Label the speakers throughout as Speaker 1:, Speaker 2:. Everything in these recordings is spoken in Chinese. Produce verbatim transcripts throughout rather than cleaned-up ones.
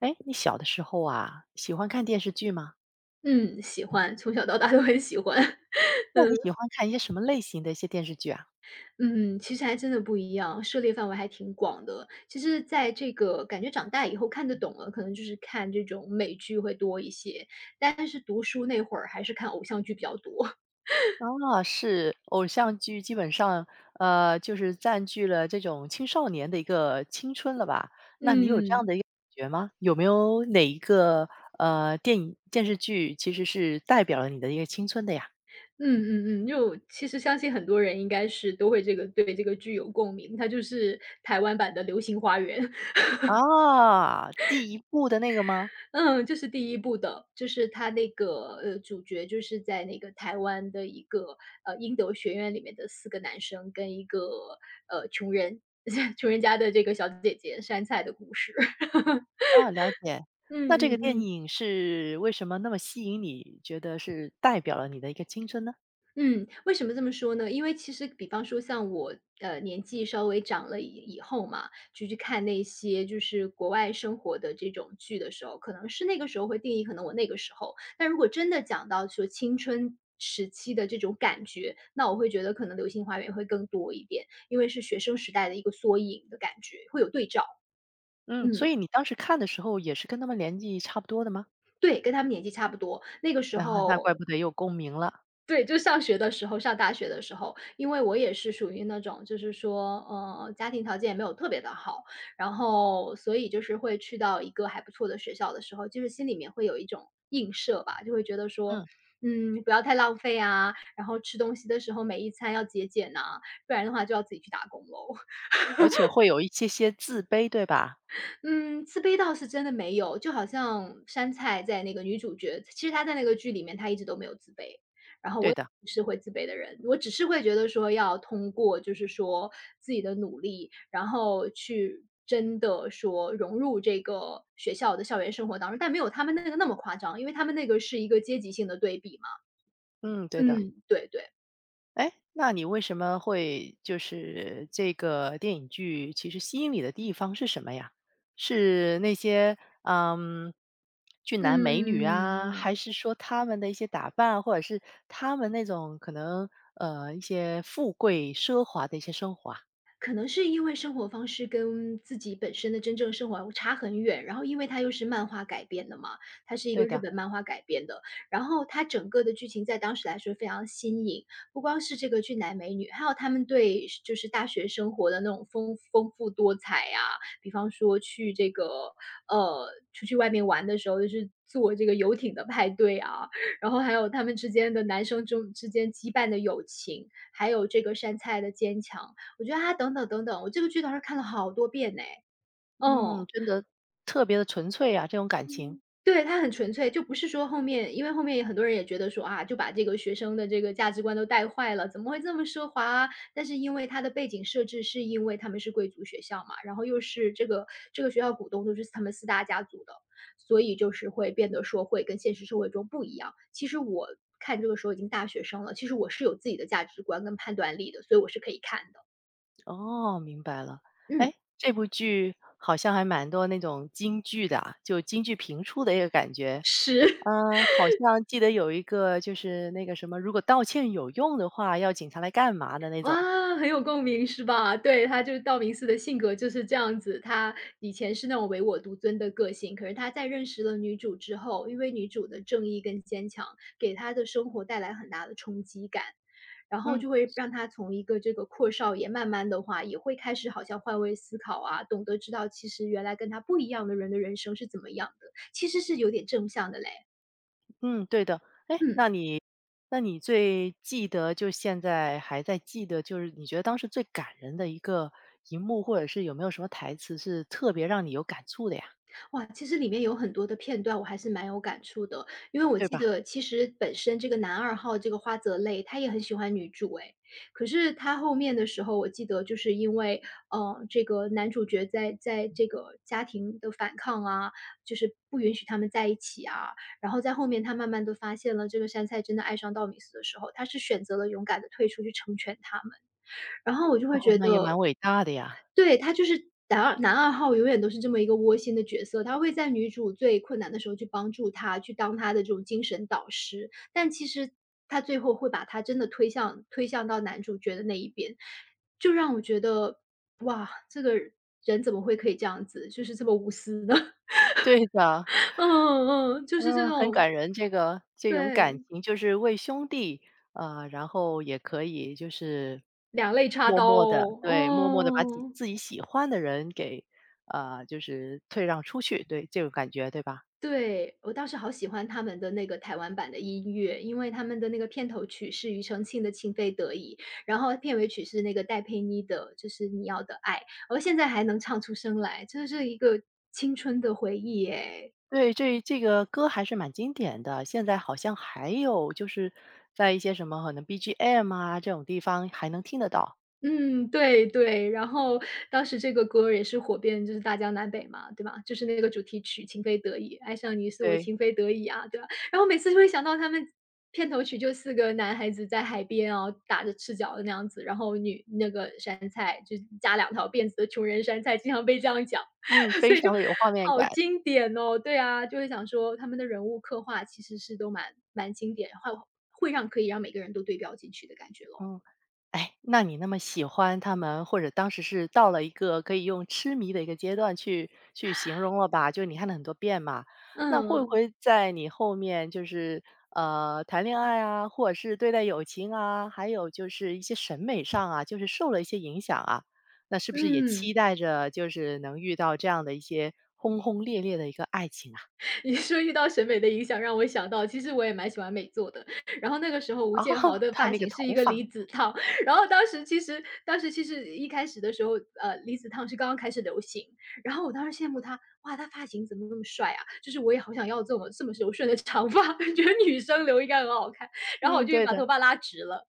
Speaker 1: 哎，你小的时候啊，喜欢看电视剧吗？
Speaker 2: 嗯，喜欢，从小到大都很喜欢。
Speaker 1: 那你喜欢看一些什么类型的一些电视剧啊？
Speaker 2: 嗯，其实还真的不一样，涉猎范围还挺广的。其实在这个感觉长大以后看得懂了，可能就是看这种美剧会多一些，但是读书那会儿还是看偶像剧比较多。
Speaker 1: 啊，是偶像剧，基本上呃，就是占据了这种青少年的一个青春了吧？那你有这样
Speaker 2: 嗯。
Speaker 1: 的一个感觉吗？有没有哪一个呃电影电视剧其实是代表了你的一个青春的呀？
Speaker 2: 嗯嗯嗯，就其实相信很多人应该是都会这个对这个剧有共鸣，它就是台湾版的《流星花园》。
Speaker 1: 啊，第一部的那个吗？
Speaker 2: 嗯，这是第一部的，就是他那个，呃，主角就是在那个台湾的一个，呃，英德学院里面的四个男生跟一个，呃，穷人 穷人家的这个小姐姐，杉菜的故事。
Speaker 1: 啊，了解。
Speaker 2: 嗯
Speaker 1: 那这个
Speaker 2: 嗯
Speaker 1: 电
Speaker 2: 嗯。
Speaker 1: 影是为什么那么吸引你，觉得是代表了你的一个青春呢？
Speaker 2: 嗯，为什么这么说呢？因为其实比方说像我，呃，年纪稍微长了以以后嘛，就去看那些就是国外生活的这种剧的时候，可能是那个时候会定义，可能我那个时候。但如果真的讲到说青春时期的这种感觉，那我会觉得可能《流星花园》会更多一点，因为是学生时代的一个缩影的感觉，会有对照。
Speaker 1: 嗯，所
Speaker 2: 嗯，
Speaker 1: 以你当时看的时候也是跟他们年纪差不多的吗？
Speaker 2: 对，跟他们年纪差不多。那个时
Speaker 1: 然后那怪
Speaker 2: 候
Speaker 1: 不得有共鸣了。
Speaker 2: 对，就上学的时候，上大学的时候，因为我也是属于那种，就是说，呃，家庭条件也没有特别的好，然后所以就是会去到一个还不错的学校的时候，就是心里面会有一种映射吧，就会觉得说，
Speaker 1: 嗯，
Speaker 2: 嗯，不要太浪费啊，然后吃东西的时候每一餐要节俭呐、不然的话就要自己去打工喽。
Speaker 1: 而且会有一些些自卑，对吧？
Speaker 2: 嗯，自卑倒是真的没有，就好像杉菜在那个女主角其实她在那个剧里面她一直都没有自卑，然后
Speaker 1: 对
Speaker 2: 我也
Speaker 1: 的。
Speaker 2: 不是会自卑的人，我只是会觉得说要通过就是说自己的努力，然后去真的说融入这个学校的校园生活当中，但没有他们那个那么夸张，因为他们那个是一个阶级性的对比嘛。
Speaker 1: 嗯，对的。
Speaker 2: 嗯，对对，
Speaker 1: 哎，那你为什么会就是这个电影剧其实吸引你的地方是什么呀？是那些嗯俊男美女啊，
Speaker 2: 嗯。
Speaker 1: 还是说他们的一些打扮，或者是他们那种可能呃一些富贵奢华的一些生活啊？
Speaker 2: 可能是因为生活方式跟自己本身的真正生活差很远，然后因为它又是漫画改编的嘛，它是一个
Speaker 1: 对
Speaker 2: 日
Speaker 1: 的。
Speaker 2: 本漫画改编的，然后它整个的剧情在当时来说非常新颖，不光是这个俊男美女，还有他们对就是大学生活的那种丰丰富多彩呀、比方说去这个呃出去外面玩的时候，就是坐这个游艇的派对啊，然后还有他们之间的男生中之间羁绊的友情，还有这个杉菜的坚强。我觉得啊，等等等等，我这个剧倒是看了好多遍呢。
Speaker 1: 嗯，
Speaker 2: 嗯。
Speaker 1: 真的特别的纯粹啊，这种感情。
Speaker 2: 嗯。对，他很纯粹，就不是说后面因为后面也很多人也觉得说，啊，就把这个学生的这个价值观都带坏了，怎么会这么奢华啊？但是因为它的背景设置是因为他们是贵族学校嘛，然后又是这个这个学校股东都是他们四大家族的，所以就是会变得说会跟现实社会中不一样。其实我看这个时候已经大学生了，其实我是有自己的价值观跟判断力的，所以我是可以看的。
Speaker 1: 哦，明白了。
Speaker 2: 嗯，
Speaker 1: 哎，这部剧好像还蛮多那种京剧的啊，就京剧评出的一个感觉。
Speaker 2: 是。
Speaker 1: 嗯，好像记得有一个就是那个什么"如果道歉有用的话，要警察来干嘛"的那种。
Speaker 2: 哇，很有共鸣是吧？对，他就是道明寺的性格就是这样子，他以前是那种唯我独尊的个性，可是他在认识了女主之后，因为女主的正义跟坚强，给他的生活带来很大的冲击感，然后
Speaker 1: 嗯。
Speaker 2: 就会让他从一个这个阔少爷，慢慢的话也会开始好像换位思考啊，懂得知道其实原来跟他不一样的人的人生是怎么样的，其实是有点正向的嘞，
Speaker 1: 嗯，对的。哎，
Speaker 2: 嗯。
Speaker 1: 那你那你最记得就现在还在记得，就是你觉得当时最感人的一个一幕，或者是有没有什么台词是特别让你有感触的呀？
Speaker 2: 哇，其实里面有很多的片段我还是蛮有感触的，因为我
Speaker 1: 对
Speaker 2: 记
Speaker 1: 吧？
Speaker 2: 得其实本身这个男二号这个花泽类，他也很喜欢女主诶，可是他后面的时候，我记得就是因为，呃，这个男主角在在这个家庭的反抗啊，就是不允许他们在一起啊，然后在后面他慢慢的发现了这个杉菜真的爱上道明寺的时候，他是选择了勇敢的退出去成全他们，然后我就会
Speaker 1: 哦，
Speaker 2: 觉
Speaker 1: 那也蛮
Speaker 2: 得
Speaker 1: 伟大的呀。
Speaker 2: 对，他就是男二男二号永远都是这么一个窝心的角色，他会在女主最困难的时候去帮助她，去当她的这种精神导师，但其实他最后会把她真的推向推向到男主角的那一边，就让我觉得，哇，这个人怎么会可以这样子，就是这么无私呢？
Speaker 1: 对的。
Speaker 2: 嗯嗯，嗯就是这
Speaker 1: 嗯，很
Speaker 2: 种
Speaker 1: 感人。这个这种感
Speaker 2: 对，
Speaker 1: 情就是为兄弟，啊，然后也可以就是
Speaker 2: 两肋插
Speaker 1: 默
Speaker 2: 刀
Speaker 1: 默的。
Speaker 2: 哦，
Speaker 1: 对，默默的把自己
Speaker 2: 嗯。
Speaker 1: 自己喜欢的人给，啊，就是退让出去，对，这种感觉，对吧？
Speaker 2: 对，我当时好喜欢他们的那个台湾版的音乐，因为他们的那个片头曲是庾澄庆的《情非得已》，然后片尾曲是那个戴佩妮的，就是《你要的爱》，我现在还能唱出声来，这是一个青春的回忆耶。
Speaker 1: 对，这这个歌还是蛮经典的，现在好像还有就是在一些什么可能 B G M 啊，这种地方还能听得到。
Speaker 2: 嗯，对对，然后当时这个歌儿也是火遍就是大江南北嘛，对吧？就是那个主题曲《情非得已》，爱上你是我
Speaker 1: 对。
Speaker 2: 情非得已啊，对吧？然后每次就会想到他们片头曲就四个男孩子在海边哦，打着赤脚的那样子，然后女那个杉菜就扎两条辫子的穷人杉菜经常被这样讲，
Speaker 1: 嗯，非
Speaker 2: 所以就
Speaker 1: 常的有画面
Speaker 2: 好
Speaker 1: 感。
Speaker 2: 经典哦。对啊，就会想说他们的人物刻画其实是都蛮蛮经典，会会让可以让每个人都对标进去的感觉咯。
Speaker 1: 嗯。哎，那你那么喜欢他们，或者当时是到了一个可以用痴迷的一个阶段去去形容了吧？就你看了很多遍嘛，那会不
Speaker 2: 嗯，
Speaker 1: 会在你后面就是呃谈恋爱啊，或者是对待友情啊，还有就是一些审美上啊，就是受了一些影响啊？那是不是也期
Speaker 2: 嗯。
Speaker 1: 待着就是能遇到这样的一些轰轰烈烈的一个爱情啊？
Speaker 2: 你说遇到审美的影响，让我想到其实我也蛮喜欢美作的。然后那个时候 吴
Speaker 1: 哦，
Speaker 2: 建豪的
Speaker 1: 他
Speaker 2: 发
Speaker 1: 那个
Speaker 2: 型是
Speaker 1: 头
Speaker 2: 一个
Speaker 1: 发。
Speaker 2: 离子烫，然后当时其实当时其实一开始的时候，呃，离子烫是刚刚开始流行，然后我当时羡慕他，哇，他发型怎么那么帅啊？就是我也好想要这么这么柔顺的长发，觉得女生留应该很好看。然后我
Speaker 1: 嗯，
Speaker 2: 就
Speaker 1: 对
Speaker 2: 把
Speaker 1: 的。
Speaker 2: 头发拉直了，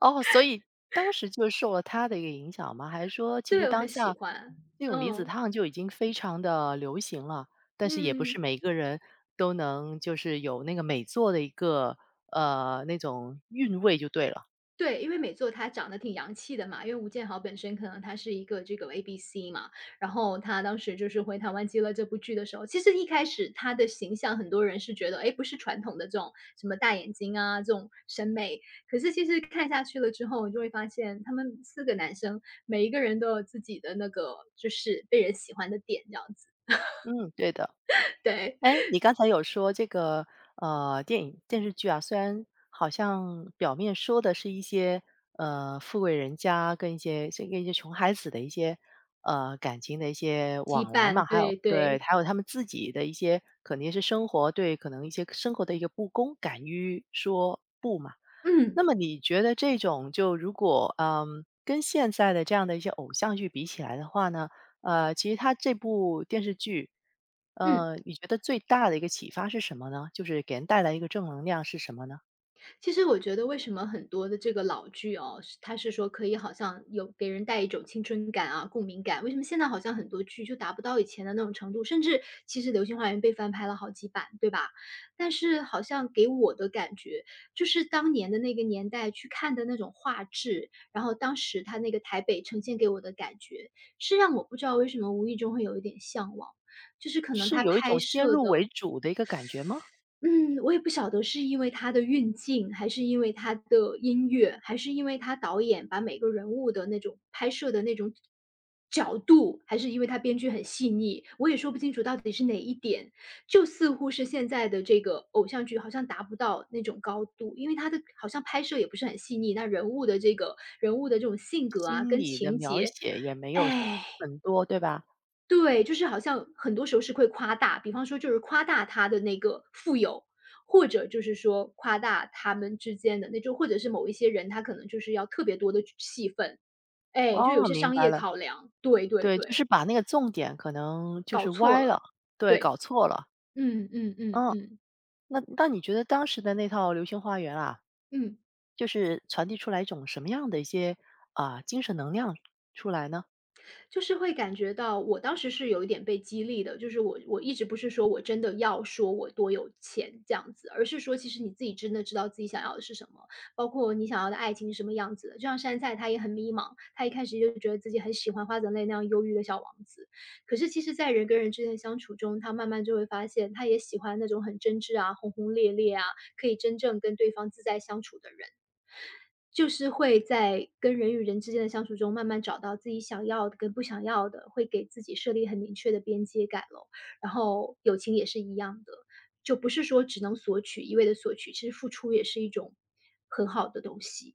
Speaker 1: 哦，所以当时就受了他的一个影响吗？还是说其实
Speaker 2: 对，我
Speaker 1: 当
Speaker 2: 很喜
Speaker 1: 下
Speaker 2: 欢，
Speaker 1: 那种离子
Speaker 2: 嗯，
Speaker 1: 烫就已经非常的流行了，但是也不是
Speaker 2: 嗯。
Speaker 1: 每一个人都能就是有那个美作的一个，呃，那种韵味就对了。
Speaker 2: 对，因为美作她长得挺洋气的嘛，因为吴建豪本身可能他是一个这个 A B C 嘛，然后他当时就是回台湾接了这部剧的时候，其实一开始他的形象很多人是觉得，哎，不是传统的这种什么大眼睛啊这种审美，可是其实看下去了之后，你就会发现他们四个男生每一个人都有自己的那个就是被人喜欢的点这样子，
Speaker 1: 嗯，对的。
Speaker 2: 对，
Speaker 1: 哎，你刚才有说这个呃电影电视剧啊，虽然好像表面说的是一些呃富贵人家跟一些这跟一些穷孩子的一些呃感情的一些
Speaker 2: 羁
Speaker 1: 往来嘛，
Speaker 2: 绊，
Speaker 1: 还有
Speaker 2: 对
Speaker 1: 对，
Speaker 2: 对，
Speaker 1: 还有他们自己的一些肯定是生活对可能一些生活的一个不公，敢于说不嘛。
Speaker 2: 嗯
Speaker 1: 那么你觉得这种就如果嗯，跟现在的这样的一些偶像剧比起来的话呢，呃，其实它这部电视剧，
Speaker 2: 嗯。
Speaker 1: 呃，你觉得最大的一个启发是什么呢？就是给人带来一个正能量是什么呢？
Speaker 2: 其实我觉得为什么很多的这个老剧哦，是它是说可以好像有给人带一种青春感啊、共鸣感，为什么现在好像很多剧就达不到以前的那种程度，甚至其实《流星花园》被翻拍了好几版，对吧？但是好像给我的感觉，就是当年的那个年代去看的那种画质，然后当时它那个台北呈现给我的感觉，是让我不知道为什么无意中会有一点向往，就是可能
Speaker 1: 是
Speaker 2: 它
Speaker 1: 有一
Speaker 2: 拍
Speaker 1: 种先
Speaker 2: 摄
Speaker 1: 入为
Speaker 2: 的
Speaker 1: 主的一个感觉吗？
Speaker 2: 嗯，我也不晓得是因为他的运镜，还是因为他的音乐，还是因为他导演把每个人物的那种拍摄的那种角度，还是因为他编剧很细腻，我也说不清楚到底是哪一点。就似乎是现在的这个偶像剧好像达不到那种高度，因为他的好像拍摄也不是很细腻，那人物的这个人物的这种性格啊，
Speaker 1: 心
Speaker 2: 跟
Speaker 1: 理的
Speaker 2: 情
Speaker 1: 描
Speaker 2: 节，
Speaker 1: 写也没有
Speaker 2: 哎。
Speaker 1: 很多，对吧？
Speaker 2: 对，就是好像很多时候是会夸大，比方说就是夸大他的那个富有，或者就是说夸大他们之间的那种或者是某一些人，他可能就是要特别多的戏份，哎，就有
Speaker 1: 哦，
Speaker 2: 些
Speaker 1: 明
Speaker 2: 商
Speaker 1: 白
Speaker 2: 业
Speaker 1: 了。
Speaker 2: 考量，对对
Speaker 1: 对，就
Speaker 2: 对，
Speaker 1: 是把那个重点可能就
Speaker 2: 搞
Speaker 1: 是
Speaker 2: 错
Speaker 1: 歪
Speaker 2: 了，
Speaker 1: 了，对，
Speaker 2: 对，
Speaker 1: 搞错了。
Speaker 2: 嗯嗯嗯
Speaker 1: 嗯，
Speaker 2: 嗯，
Speaker 1: 那那你觉得当时的那套《流星花园》啊，
Speaker 2: 嗯。
Speaker 1: 就是传递出来一种什么样的一些啊、精神能量出来呢？
Speaker 2: 就是会感觉到我当时是有一点被激励的，就是我我一直不是说我真的要说我多有钱这样子，而是说其实你自己真的知道自己想要的是什么，包括你想要的爱情是什么样子的。就像山菜，他也很迷茫，他一开始就觉得自己很喜欢花泽类那样忧郁的小王子，可是其实，在人跟人之间的相处中，他慢慢就会发现，他也喜欢那种很真挚啊、轰轰烈烈啊，可以真正跟对方自在相处的人。就是会在跟人与人之间的相处中，慢慢找到自己想要的跟不想要的，会给自己设立很明确的边界感咯。然后友情也是一样的，就不是说只能索取，一味的索取，其实付出也是一种很好的东西。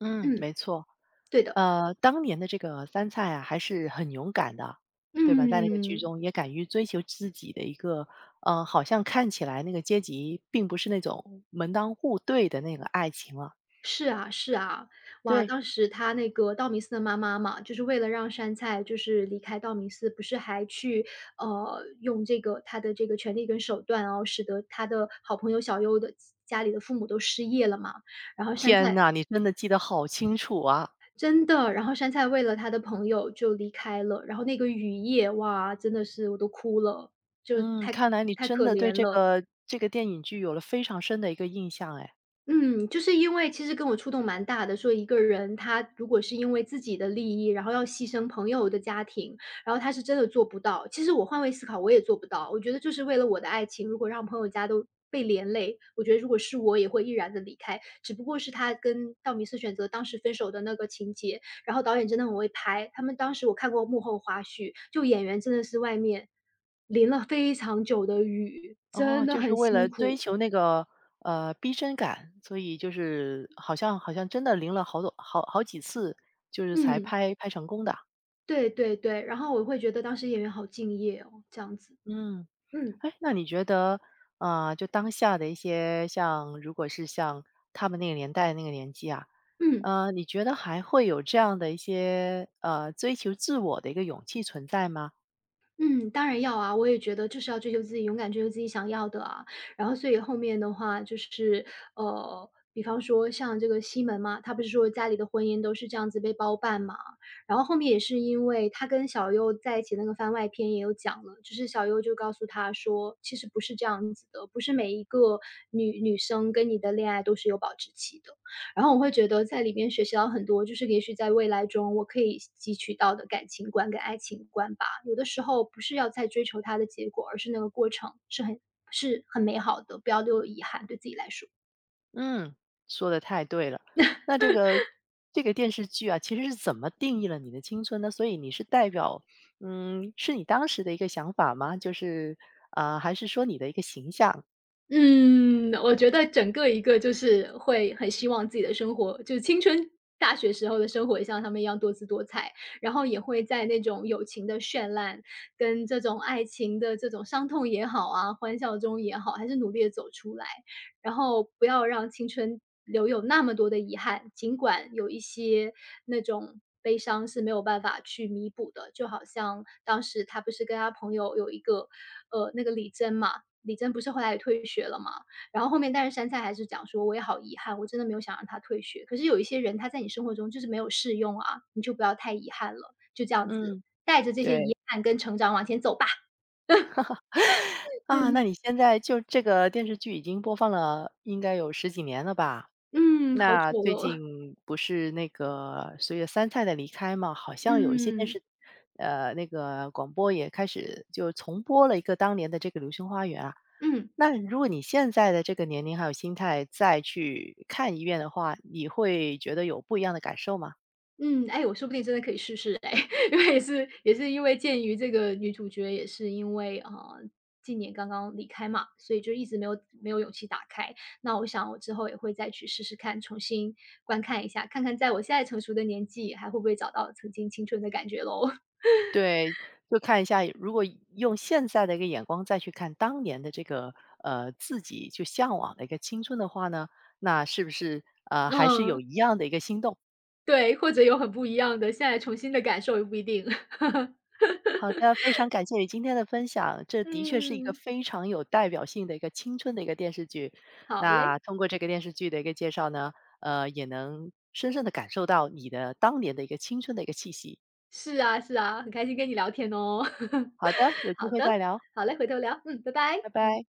Speaker 1: 嗯，
Speaker 2: 嗯，
Speaker 1: 没错。
Speaker 2: 对的，
Speaker 1: 呃，当年的这个三菜啊，还是很勇敢的，对吧？在那个剧
Speaker 2: 嗯。
Speaker 1: 中也敢于追求自己的一个，嗯，好像看起来那个阶级并不是那种门当户对的那个爱情了。
Speaker 2: 是啊是啊，哇，
Speaker 1: 对，
Speaker 2: 当时他那个道明寺的妈妈嘛，就是为了让杉菜就是离开道明寺，不是还去呃用这个他的这个权力跟手段然后使得他的好朋友小优的家里的父母都失业了嘛。然后杉
Speaker 1: 天
Speaker 2: 菜
Speaker 1: 呐，你真的记得好清楚啊！
Speaker 2: 真的，然后杉菜为了他的朋友就离开了，然后那个雨夜，哇，真的是我都哭了，就
Speaker 1: 嗯，
Speaker 2: 太
Speaker 1: 看来你
Speaker 2: 太
Speaker 1: 真
Speaker 2: 可
Speaker 1: 的对
Speaker 2: 怜
Speaker 1: 这
Speaker 2: 了。
Speaker 1: 个这个电影剧有了非常深的一个印象，哎。
Speaker 2: 嗯，就是因为其实跟我触动蛮大的，说一个人他如果是因为自己的利益，然后要牺牲朋友的家庭，然后他是真的做不到。其实我换位思考，我也做不到。我觉得就是为了我的爱情，如果让朋友家都被连累，我觉得如果是我也会毅然的离开。只不过是他跟道明寺选择当时分手的那个情节，然后导演真的很会拍。他们当时我看过幕后花絮，就演员真的是外面淋了非常久的雨，真
Speaker 1: 哦，
Speaker 2: 的
Speaker 1: 就是
Speaker 2: 很
Speaker 1: 为了
Speaker 2: 辛
Speaker 1: 追
Speaker 2: 苦。
Speaker 1: 求那个，呃，逼真感，所以就是好像好像真的淋了好多好好几次，就是才
Speaker 2: 嗯。
Speaker 1: 拍拍成功的。
Speaker 2: 对对对，然后我会觉得当时演员好敬业哦，这样子。
Speaker 1: 嗯，
Speaker 2: 嗯，
Speaker 1: 哎，那你觉得，啊，就当下的一些像如果是像他们那个年代那个年纪啊，
Speaker 2: 嗯，
Speaker 1: 呃，你觉得还会有这样的一些，呃，追求自我的一个勇气存在吗？
Speaker 2: 嗯，当然要啊，我也觉得就是要追求自己，勇敢追求自己想要的啊。然后所以后面的话就是，呃，比方说像这个西门嘛，他不是说家里的婚姻都是这样子被包办嘛，然后后面也是因为他跟小优在一起那个番外篇也有讲了，就是小优就告诉他说，其实不是这样子的，不是每一个女女生跟你的恋爱都是有保质期的。然后我会觉得在里面学习到很多，就是也许在未来中我可以汲取到的感情观跟爱情观吧。有的时候不是要再追求它的结果，而是那个过程是很是很美好的，不要留有遗憾，对自己来说。
Speaker 1: 嗯，说的太对了。那这个这个电视剧啊，其实是怎么定义了你的青春呢？所以你是代表，嗯，是你当时的一个想法吗？就是，啊、呃还是说你的一个形象？
Speaker 2: 嗯，我觉得整个一个就是会很希望自己的生活，就是青春大学时候的生活也像他们一样多姿多彩，然后也会在那种友情的绚烂跟这种爱情的这种伤痛也好啊，欢笑中也好，还是努力的走出来，然后不要让青春留有那么多的遗憾，尽管有一些那种悲伤是没有办法去弥补的，就好像当时他不是跟他朋友有一个呃，那个李真嘛，李真不是后来也退学了嘛，然后后面但是杉菜还是讲说：“我也好遗憾，我真的没有想让他退学。”可是有一些人他在你生活中就是没有适用啊，你就不要太遗憾了，就这样子，
Speaker 1: 嗯，
Speaker 2: 带着这些
Speaker 1: 对
Speaker 2: 遗憾跟成长往前走吧。
Speaker 1: 啊。
Speaker 2: 嗯，
Speaker 1: 那你现在就这个电视剧已经播放了，应该有十几年了吧？
Speaker 2: 嗯，好
Speaker 1: 那
Speaker 2: 久
Speaker 1: 最
Speaker 2: 了，
Speaker 1: 近不是那个随着三菜的离开嘛，好像有一些电
Speaker 2: 嗯，
Speaker 1: 视，呃，那个广播也开始就重播了一个当年的这个《流星花园》啊。
Speaker 2: 嗯。
Speaker 1: 那如果你现在的这个年龄还有心态再去看一遍的话，你会觉得有不一样的感受吗？
Speaker 2: 嗯，哎，我说不定真的可以试试哎，因为也是也是因为鉴于这个女主角也是因为，啊，近年刚刚离开嘛，所以就一直没有没有勇气打开。那我想我之后也会再去试试看，重新观看一下，看看在我现在成熟的年纪，还会不会找到曾经青春的感觉喽。
Speaker 1: 对，就看一下，如果用现在的一个眼光再去看当年的这个呃自己就向往的一个青春的话呢，那是不是呃还是有
Speaker 2: 嗯，
Speaker 1: 一样的一个心动？
Speaker 2: 对，或者有很不一样的，现在重新的感受也不一定。
Speaker 1: 好的，非常感谢你今天的分享，这的确是一个
Speaker 2: 嗯，
Speaker 1: 非常有代表性的一个青春的一个电视剧。
Speaker 2: 好嘞，
Speaker 1: 那通过这个电视剧的一个介绍呢，呃，也能深深的感受到你的当年的一个青春的一个气息。
Speaker 2: 是啊是啊，很开心跟你聊天哦。
Speaker 1: 好的，有机
Speaker 2: 好
Speaker 1: 会
Speaker 2: 的，
Speaker 1: 再聊，
Speaker 2: 好嘞，回头聊，嗯，拜
Speaker 1: 拜
Speaker 2: 拜。
Speaker 1: 拜。